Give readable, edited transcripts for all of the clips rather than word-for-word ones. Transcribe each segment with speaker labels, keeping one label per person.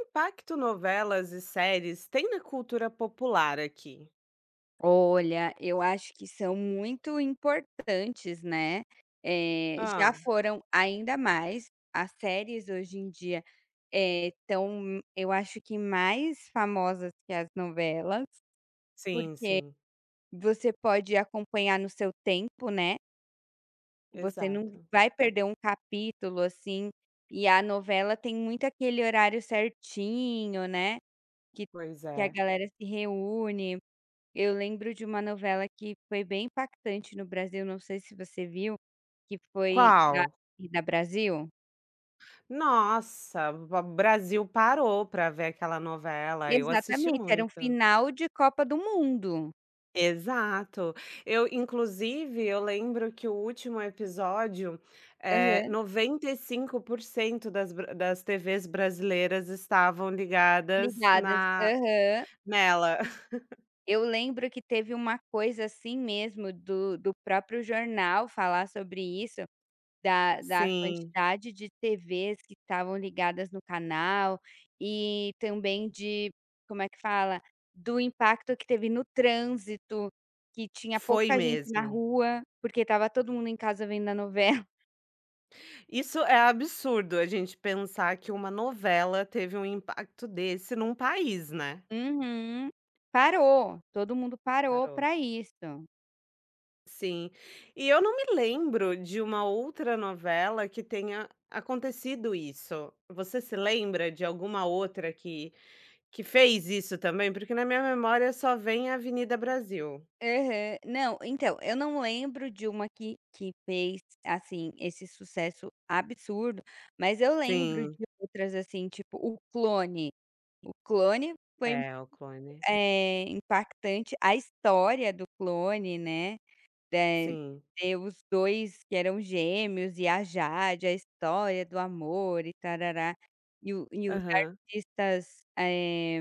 Speaker 1: Impacto novelas e séries tem na cultura popular aqui.
Speaker 2: Olha, eu acho que são muito importantes, né. Já
Speaker 1: Ah.
Speaker 2: foram ainda mais. As séries hoje em dia, estão, eu acho que mais famosas que as novelas,
Speaker 1: Sim,
Speaker 2: porque
Speaker 1: sim.
Speaker 2: você pode acompanhar no seu tempo, né. Você não
Speaker 1: Exato.
Speaker 2: vai perder um capítulo, assim, e a novela tem muito aquele horário certinho, né, que
Speaker 1: Pois
Speaker 2: que a
Speaker 1: é.
Speaker 2: galera se reúne. Eu lembro de uma novela que foi bem impactante no Brasil, não sei se você viu, que foi da
Speaker 1: Qual?
Speaker 2: da Brasil.
Speaker 1: Nossa, ba Brasil parou para ver aquela novela, eu assisti
Speaker 2: Exatamente, era um
Speaker 1: muito.
Speaker 2: final de Copa do Mundo.
Speaker 1: Exato. Eu inclusive, eu lembro que o último episódio,
Speaker 2: Aham,
Speaker 1: 95% das bra das TVs brasileiras estavam ligadas
Speaker 2: ligadas.
Speaker 1: na
Speaker 2: Aham.
Speaker 1: nela.
Speaker 2: Eu lembro que teve uma coisa assim mesmo do próprio jornal falar sobre isso. Da
Speaker 1: Sim,
Speaker 2: quantidade de TVs que estavam ligadas no canal, e também de como é que fala? Do impacto que teve no trânsito, que tinha
Speaker 1: foi
Speaker 2: pouca gente na
Speaker 1: mesmo.
Speaker 2: rua, porque estava todo mundo em casa vendo a novela.
Speaker 1: Isso é absurdo, a gente pensar que uma novela teve um impacto desse num país, né.
Speaker 2: Uhum. Parou, todo mundo parou
Speaker 1: Parou.
Speaker 2: para isso.
Speaker 1: Sim. E eu não me lembro de uma outra novela que tenha acontecido isso. Você se lembra de alguma outra que fez isso também? Porque na minha memória só vem a Avenida Brasil.
Speaker 2: Aham. Não, então, eu não lembro de uma que fez, assim, esse sucesso absurdo, mas eu lembro
Speaker 1: Sim,
Speaker 2: de outras, assim, tipo O Clone. O Clone foi,
Speaker 1: é o Clone.
Speaker 2: impactante, a história do Clone, né, eh,
Speaker 1: Sim.
Speaker 2: ter os 2 que eram gêmeos e a Jade, a história do amor e tarará, e o e os
Speaker 1: Aham.
Speaker 2: artistas,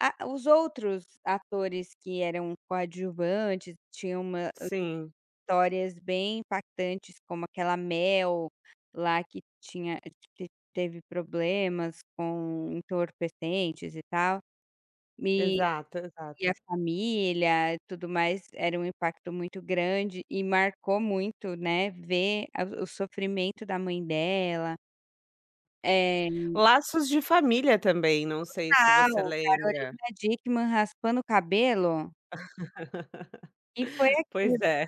Speaker 2: a os outros atores que eram coadjuvantes, tinham uma
Speaker 1: Sim.
Speaker 2: histórias bem impactantes, como aquela Mel lá que tinha que teve problemas com entorpecentes e tal, e
Speaker 1: Exato,
Speaker 2: E
Speaker 1: exato.
Speaker 2: a família e tudo mais, era um impacto muito grande e marcou muito, né, ver a o sofrimento da mãe dela. É
Speaker 1: Laços de Família também, não sei se você
Speaker 2: tal,
Speaker 1: lembra.
Speaker 2: Carolina Dickman raspando o cabelo, e foi aquilo,
Speaker 1: Pois é.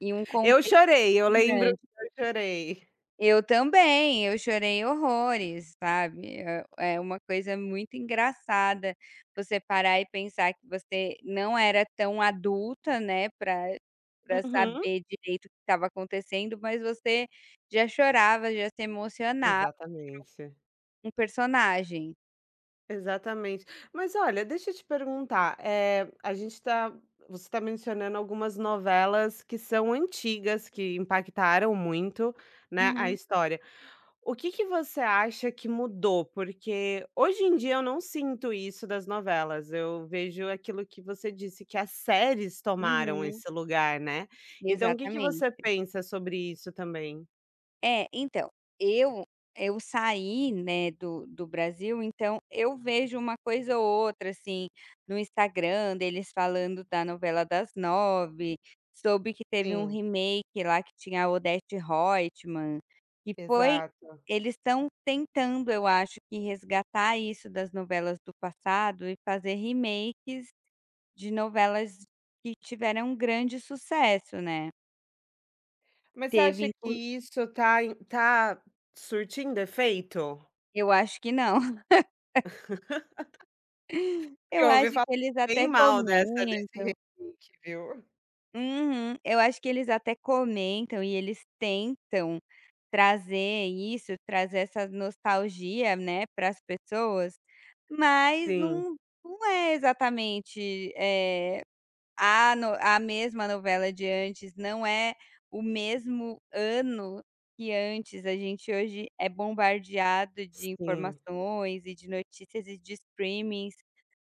Speaker 2: e um
Speaker 1: Eu
Speaker 2: contexto
Speaker 1: chorei, eu lembro
Speaker 2: grande.
Speaker 1: que eu chorei.
Speaker 2: Eu também, eu chorei horrores, sabe. É uma coisa muito engraçada você parar e pensar que você não era tão adulta, né, para
Speaker 1: Uhum.
Speaker 2: saber direito o que estava acontecendo, mas você já chorava, já se emocionava
Speaker 1: Exatamente,
Speaker 2: um personagem.
Speaker 1: exatamente. Mas olha, deixa eu te perguntar, a gente tá você está mencionando algumas novelas que são antigas, que impactaram muito, né, a
Speaker 2: Uhum,
Speaker 1: história. O que que você acha que mudou? Porque hoje em dia eu não sinto isso das novelas, eu vejo aquilo que você disse, que as séries tomaram
Speaker 2: uhum,
Speaker 1: esse lugar, né. Então o que que você
Speaker 2: exatamente.
Speaker 1: pensa sobre isso também?
Speaker 2: É, então, eu eu saí, né, do Brasil, então eu vejo uma coisa ou outra, assim, no Instagram deles falando da novela das 9, soube que teve um
Speaker 1: Sim,
Speaker 2: remake lá que tinha a Odete Roitman, que foi
Speaker 1: exato.
Speaker 2: eles estão tentando, eu acho que resgatar isso das novelas do passado e fazer remakes de novelas que tiveram um grande sucesso, né.
Speaker 1: Mas você
Speaker 2: Teve
Speaker 1: acha que
Speaker 2: inclu
Speaker 1: isso tá surtindo efeito?
Speaker 2: Eu acho que não.
Speaker 1: Porque
Speaker 2: Eu
Speaker 1: eu ouvi
Speaker 2: acho que
Speaker 1: falar
Speaker 2: eles
Speaker 1: bem
Speaker 2: até
Speaker 1: mal dessa desse
Speaker 2: comentam.
Speaker 1: remake, viu.
Speaker 2: Uhum. Eu acho que eles até comentam e eles tentam trazer isso, trazer essa nostalgia, né, para as pessoas, mas
Speaker 1: Sim,
Speaker 2: não é exatamente, a no a mesma novela de antes, não é o mesmo ano que antes. A gente hoje é bombardeado de
Speaker 1: sim.
Speaker 2: informações e de notícias e de streamings.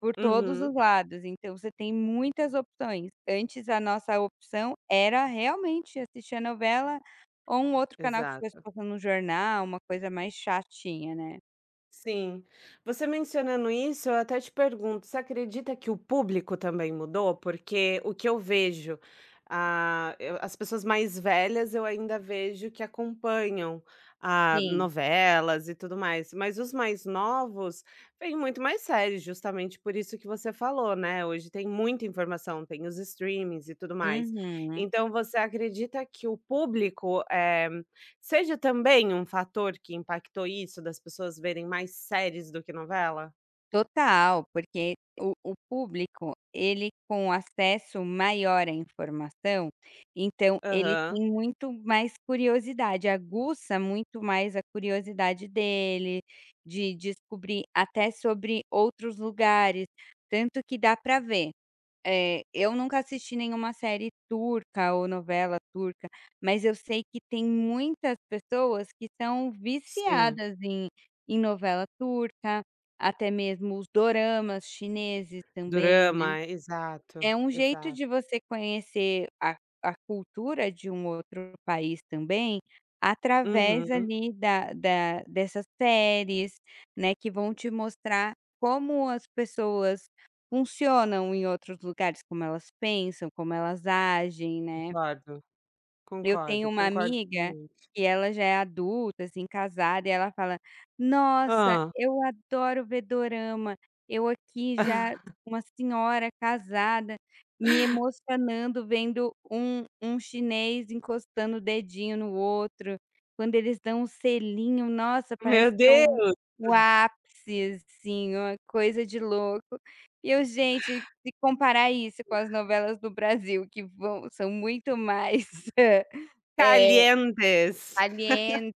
Speaker 2: Por todos
Speaker 1: Uhum,
Speaker 2: os lados, então você tem muitas opções. Antes a nossa opção era realmente assistir a novela ou um outro canal que estivesse
Speaker 1: exato.
Speaker 2: passando no jornal, uma coisa mais chatinha, né.
Speaker 1: Sim. Você mencionando isso, eu até te pergunto, você acredita que o público também mudou? Porque o que eu vejo, ah, as pessoas mais velhas eu ainda vejo que acompanham ah,
Speaker 2: Sim.
Speaker 1: novelas e tudo mais, mas os mais novos vêm muito mais sérios, justamente por isso que você falou, né? Hoje tem muita informação, tem os streamings e tudo mais.
Speaker 2: Uhum.
Speaker 1: Então, você acredita que o público seja também um fator que impactou isso, das pessoas verem mais séries do que novela?
Speaker 2: Total, porque o público, ele com acesso maior à informação, então ele
Speaker 1: Aham,
Speaker 2: tem muito mais curiosidade, aguça muito mais a curiosidade dele, de descobrir até sobre outros lugares, tanto que dá para ver. É, eu nunca assisti nenhuma série turca ou novela turca, mas eu sei que tem muitas pessoas que são
Speaker 1: sim.
Speaker 2: viciadas em novela turca, até mesmo os doramas chineses também.
Speaker 1: Dorama, exato,
Speaker 2: É um jeito
Speaker 1: exato.
Speaker 2: de você conhecer a cultura de um outro país também, através
Speaker 1: Uhum,
Speaker 2: ali da da dessas séries, né, que vão te mostrar como as pessoas funcionam em outros lugares, como elas pensam, como elas agem, né.
Speaker 1: concordo,
Speaker 2: Eu tenho
Speaker 1: concordo,
Speaker 2: uma
Speaker 1: concordo
Speaker 2: amiga
Speaker 1: plenamente.
Speaker 2: que ela já é adulta, assim, casada, e ela fala: "Nossa,
Speaker 1: Hã.
Speaker 2: eu adoro ver dorama. Eu aqui já uma senhora casada, me emocionando vendo um chinês encostando o dedinho no outro. Quando eles dão um selinho, nossa, parece
Speaker 1: Meu
Speaker 2: que é o
Speaker 1: Deus,
Speaker 2: o ápice, assim, uma coisa de louco". E eu: "Gente, se comparar isso com as novelas do Brasil que vão são muito mais" É,
Speaker 1: calientes.
Speaker 2: Calientes.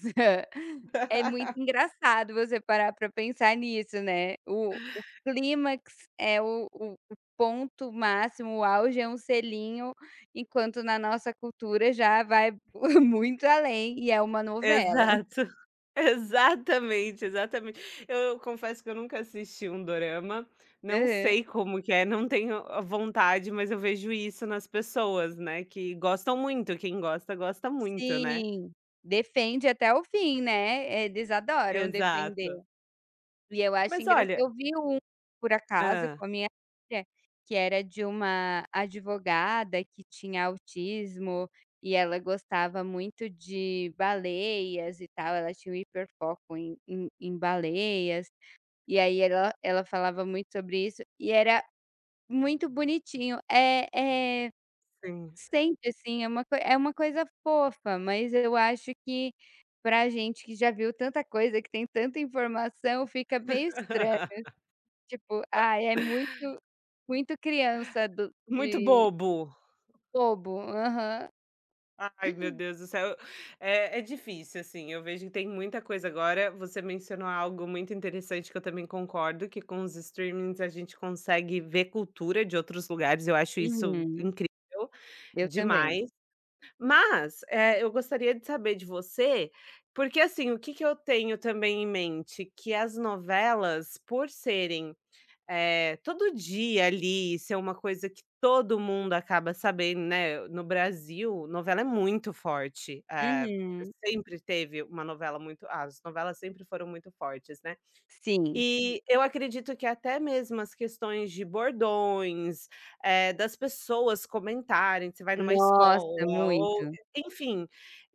Speaker 2: É muito engraçado você parar para pensar nisso, né. O clímax é o ponto máximo, o auge é um selinho, enquanto na nossa cultura já vai muito além e é uma novela.
Speaker 1: Exato. Exatamente, exatamente. Eu confesso que eu nunca assisti um dorama, não
Speaker 2: Aham.
Speaker 1: sei como que é, não tenho a vontade, mas eu vejo isso nas pessoas, né, que gostam muito, quem gosta, gosta muito, né.
Speaker 2: Sim, defende até o fim, né. Eles adoram defender.
Speaker 1: Exato.
Speaker 2: E eu acho
Speaker 1: Mas
Speaker 2: engra
Speaker 1: olha
Speaker 2: eu vi um, por acaso,
Speaker 1: hã,
Speaker 2: com a minha filha, que era de uma advogada que tinha autismo, e ela gostava muito de baleias e tal, ela tinha um hiperfoco em baleias, e aí ela falava muito sobre isso, e era muito bonitinho. É
Speaker 1: sim.
Speaker 2: sente assim, é uma coi é uma coisa fofa, mas eu acho que pra gente que já viu tanta coisa, que tem tanta informação, fica meio estranho. Tipo, ai, é muito muito criança do
Speaker 1: Muito
Speaker 2: de
Speaker 1: bobo.
Speaker 2: bobo. Aham.
Speaker 1: Ai, meu Deus do céu. É, é difícil, assim. Eu vejo que tem muita coisa agora. Você mencionou algo muito interessante que eu também concordo, que com os streamings a gente consegue ver cultura de outros lugares. Eu acho isso
Speaker 2: Uhum.
Speaker 1: incrível
Speaker 2: Eu também.
Speaker 1: demais. Mas é, eu gostaria de saber de você, porque assim, o que que eu tenho também em mente? Que as novelas, por serem todo dia ali, isso é uma coisa que todo mundo acaba sabendo, né, no Brasil, novela é muito forte,
Speaker 2: Uhum.
Speaker 1: sempre teve uma novela muito as novelas sempre foram muito fortes, né.
Speaker 2: Sim.
Speaker 1: E eu acredito que até mesmo as questões de bordões, das pessoas comentarem, você vai numa
Speaker 2: Nossa,
Speaker 1: escola ou
Speaker 2: muito.
Speaker 1: enfim,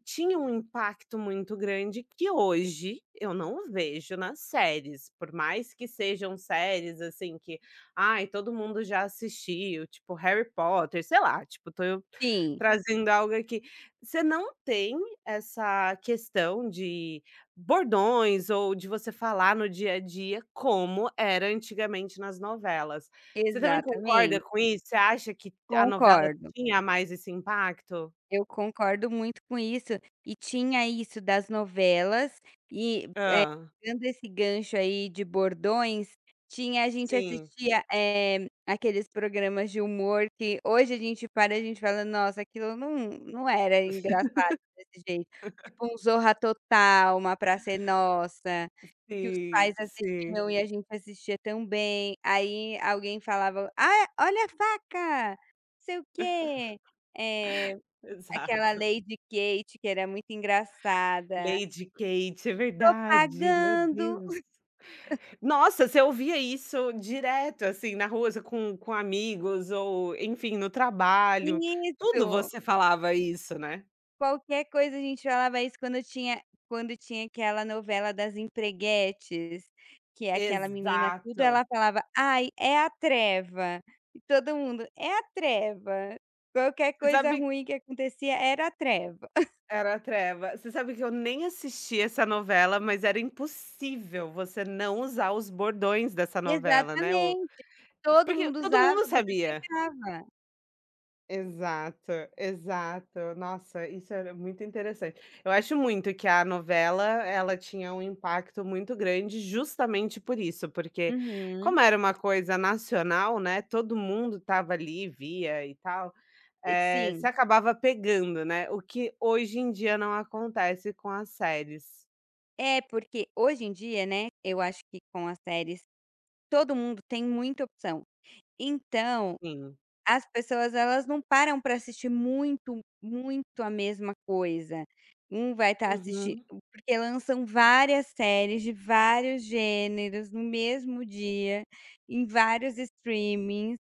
Speaker 1: tinha um impacto muito grande que hoje eu não vejo nas séries, por mais que sejam séries, assim, que, ai, todo mundo já assistiu, tipo Harry Potter, sei lá, tipo, tô eu
Speaker 2: Sim,
Speaker 1: trazendo algo aqui. Você não tem essa questão de bordões ou de você falar no dia a dia como era antigamente nas novelas. Você também concorda
Speaker 2: exatamente.
Speaker 1: com isso? Você acha que a novela
Speaker 2: Concordo.
Speaker 1: tinha mais esse impacto?
Speaker 2: Eu concordo muito com isso. E tinha isso das novelas e,
Speaker 1: Hã.
Speaker 2: pegando esse gancho aí de bordões, tinha a gente
Speaker 1: Sim,
Speaker 2: assistia, aqueles programas de humor que hoje a gente para e a gente fala: "Nossa, aquilo não era engraçado desse jeito". Tipo um Zorra Total, uma Praça é Nossa, que os
Speaker 1: sim,
Speaker 2: pais
Speaker 1: sim,
Speaker 2: assistiam e a gente assistia também. Aí alguém falava: "Ah, olha a faca, não sei o quê". Eh Aquela
Speaker 1: exato.
Speaker 2: Lady Kate que era muito engraçada.
Speaker 1: Lady Kate, é
Speaker 2: "Tô
Speaker 1: verdade, meu
Speaker 2: pagando".
Speaker 1: Deus. Nossa, você ouvia isso direto, assim, na rua, você com amigos ou, enfim, no trabalho, tudo
Speaker 2: Isso.
Speaker 1: você falava isso, né?
Speaker 2: Qualquer coisa a gente falava isso quando tinha aquela novela das empreguetes, que é aquela menina tudo ela
Speaker 1: Exato.
Speaker 2: falava: "Ai, é a treva". E todo mundo: "É a treva". Qualquer
Speaker 1: Você
Speaker 2: coisa
Speaker 1: sabe
Speaker 2: ruim que acontecia era a treva.
Speaker 1: era a Treva. Você sabe que eu nem assisti essa novela, mas era impossível você não usar os bordões dessa novela, né, o
Speaker 2: Exatamente. Todo
Speaker 1: porque
Speaker 2: mundo
Speaker 1: todo
Speaker 2: usava,
Speaker 1: mundo
Speaker 2: você
Speaker 1: sabia.
Speaker 2: pegava.
Speaker 1: Exato, exato. Nossa, isso era muito interessante. Eu acho muito que a novela, ela tinha um impacto muito grande justamente por isso, porque
Speaker 2: Uhum.
Speaker 1: como era uma coisa nacional, né, todo mundo tava ali, via e tal.
Speaker 2: E
Speaker 1: Você
Speaker 2: sim.
Speaker 1: acabava pegando, né, o que hoje em dia não acontece com as séries.
Speaker 2: É, porque hoje em dia, né, eu acho que com as séries todo mundo tem muita opção. Então,
Speaker 1: Sim.
Speaker 2: as pessoas elas não param para assistir muito, muito a mesma coisa. Um vai estar assistindo
Speaker 1: Uhum.
Speaker 2: porque lançam várias séries de vários gêneros no mesmo dia, em vários streamings.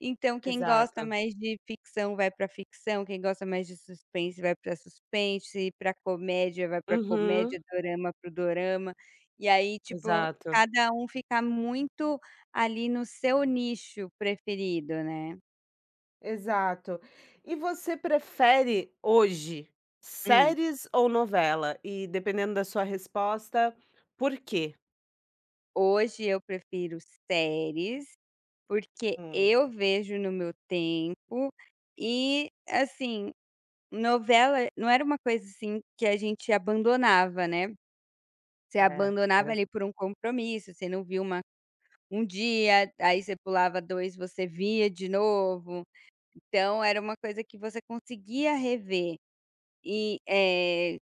Speaker 2: Então quem gosta
Speaker 1: Exato.
Speaker 2: mais de ficção vai pra ficção, quem gosta mais de suspense vai pra suspense, pra comédia vai pra comédia,
Speaker 1: Uhum.
Speaker 2: dorama para o dorama. E aí, tipo,
Speaker 1: Exato.
Speaker 2: cada um fica muito ali no seu nicho preferido, né.
Speaker 1: Exato. E você prefere hoje
Speaker 2: Hum,
Speaker 1: séries ou novela? E dependendo da sua resposta, por quê?
Speaker 2: hoje eu prefiro séries, porque
Speaker 1: Hum,
Speaker 2: eu vejo no meu tempo e, assim, novela não era uma coisa, assim, que a gente abandonava, né. Você
Speaker 1: é,
Speaker 2: abandonava
Speaker 1: era
Speaker 2: ali por um compromisso, você não viu uma um dia, aí você pulava 2. Você via de novo. Então era uma coisa que você conseguia rever e,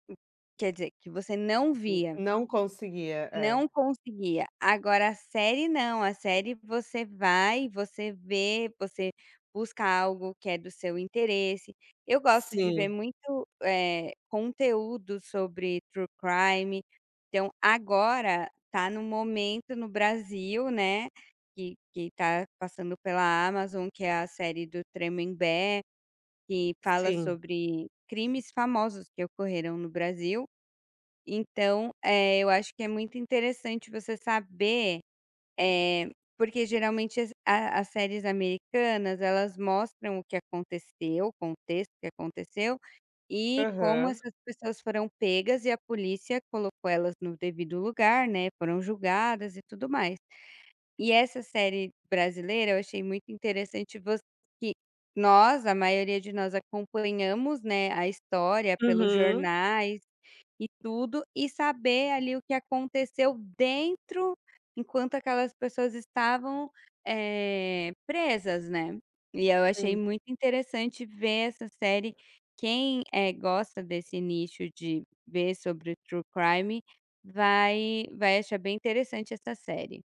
Speaker 2: quer dizer, que você não
Speaker 1: n
Speaker 2: via.
Speaker 1: não conseguia, é.
Speaker 2: Não conseguia. Agora a série não, a série você vai, você vê, você busca algo que é do seu interesse. Eu gosto de ver
Speaker 1: Sim,
Speaker 2: muito, conteúdo sobre true crime, então agora tá no momento no Brasil, né, que tá passando pela Amazon, que é a série do Tremembé, que fala
Speaker 1: sim.
Speaker 2: sobre crimes famosos que ocorreram no Brasil. Então, eu acho que é muito interessante você saber, eh, porque geralmente as séries americanas elas mostram o que aconteceu, o contexto que aconteceu e como
Speaker 1: Aham.
Speaker 2: essas pessoas foram pegas e a polícia colocou elas no devido lugar, né, foram julgadas e tudo mais. E essa série brasileira eu achei muito interessante voc que nós, a maioria de nós acompanhamos, né, a história pelos
Speaker 1: Uhum.
Speaker 2: jornais e tudo, e saber ali o que aconteceu dentro, enquanto aquelas pessoas estavam, presas, né. E eu achei
Speaker 1: Sim.
Speaker 2: muito interessante ver essa série. Quem, gosta desse nicho de ver sobre true crime vai achar bem interessante essa série.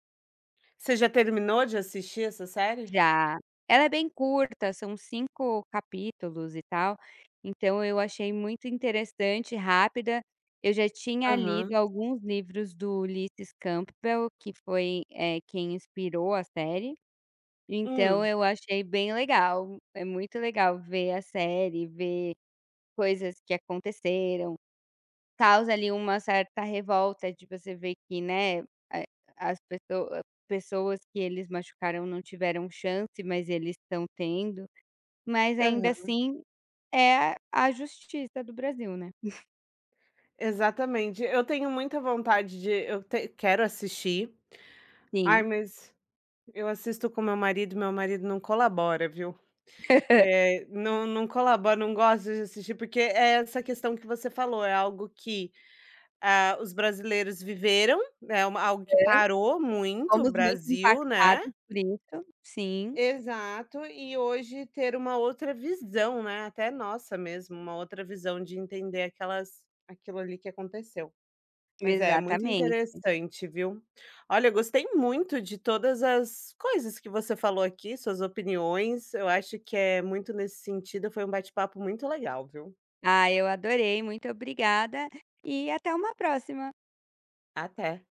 Speaker 1: Você já terminou de assistir essa série?
Speaker 2: Já. Ela é bem curta, são 5 capítulos e tal, então eu achei muito interessante, rápida. Eu já tinha lido
Speaker 1: Aham.
Speaker 2: alguns livros do Ulysses Campbell, que foi, quem inspirou a série, então
Speaker 1: Hum.
Speaker 2: eu achei bem legal. É muito legal ver a série, ver coisas que aconteceram. Causa ali uma certa revolta de você ver que, né, eh, as pessoas pessoas que eles machucaram não tiveram chance, mas eles estão tendo, mas ainda
Speaker 1: Aham,
Speaker 2: assim é a justiça do Brasil, né.
Speaker 1: exatamente. Eu tenho muita vontade de eu te quero assistir. Ai,
Speaker 2: Sim.
Speaker 1: mas eu assisto com meu marido não colabora, viu. Não colabora, não gosta de assistir, porque é essa questão que você falou, é algo que, ah, os brasileiros viveram, né, é uma algo que
Speaker 2: Aham.
Speaker 1: parou muito o
Speaker 2: Fomos muito
Speaker 1: Brasil, né.
Speaker 2: impactados por isso. Sim,
Speaker 1: Exato, e hoje ter uma outra visão, né, até nossa mesmo, uma outra visão de entender aquelas aquilo ali que aconteceu. Mas é muito
Speaker 2: exatamente.
Speaker 1: interessante, viu. Olha, eu gostei muito de todas as coisas que você falou aqui, suas opiniões. Eu acho que é muito nesse sentido, foi um bate-papo muito legal, viu.
Speaker 2: Ah, eu adorei, muito obrigada e até uma próxima.
Speaker 1: Até.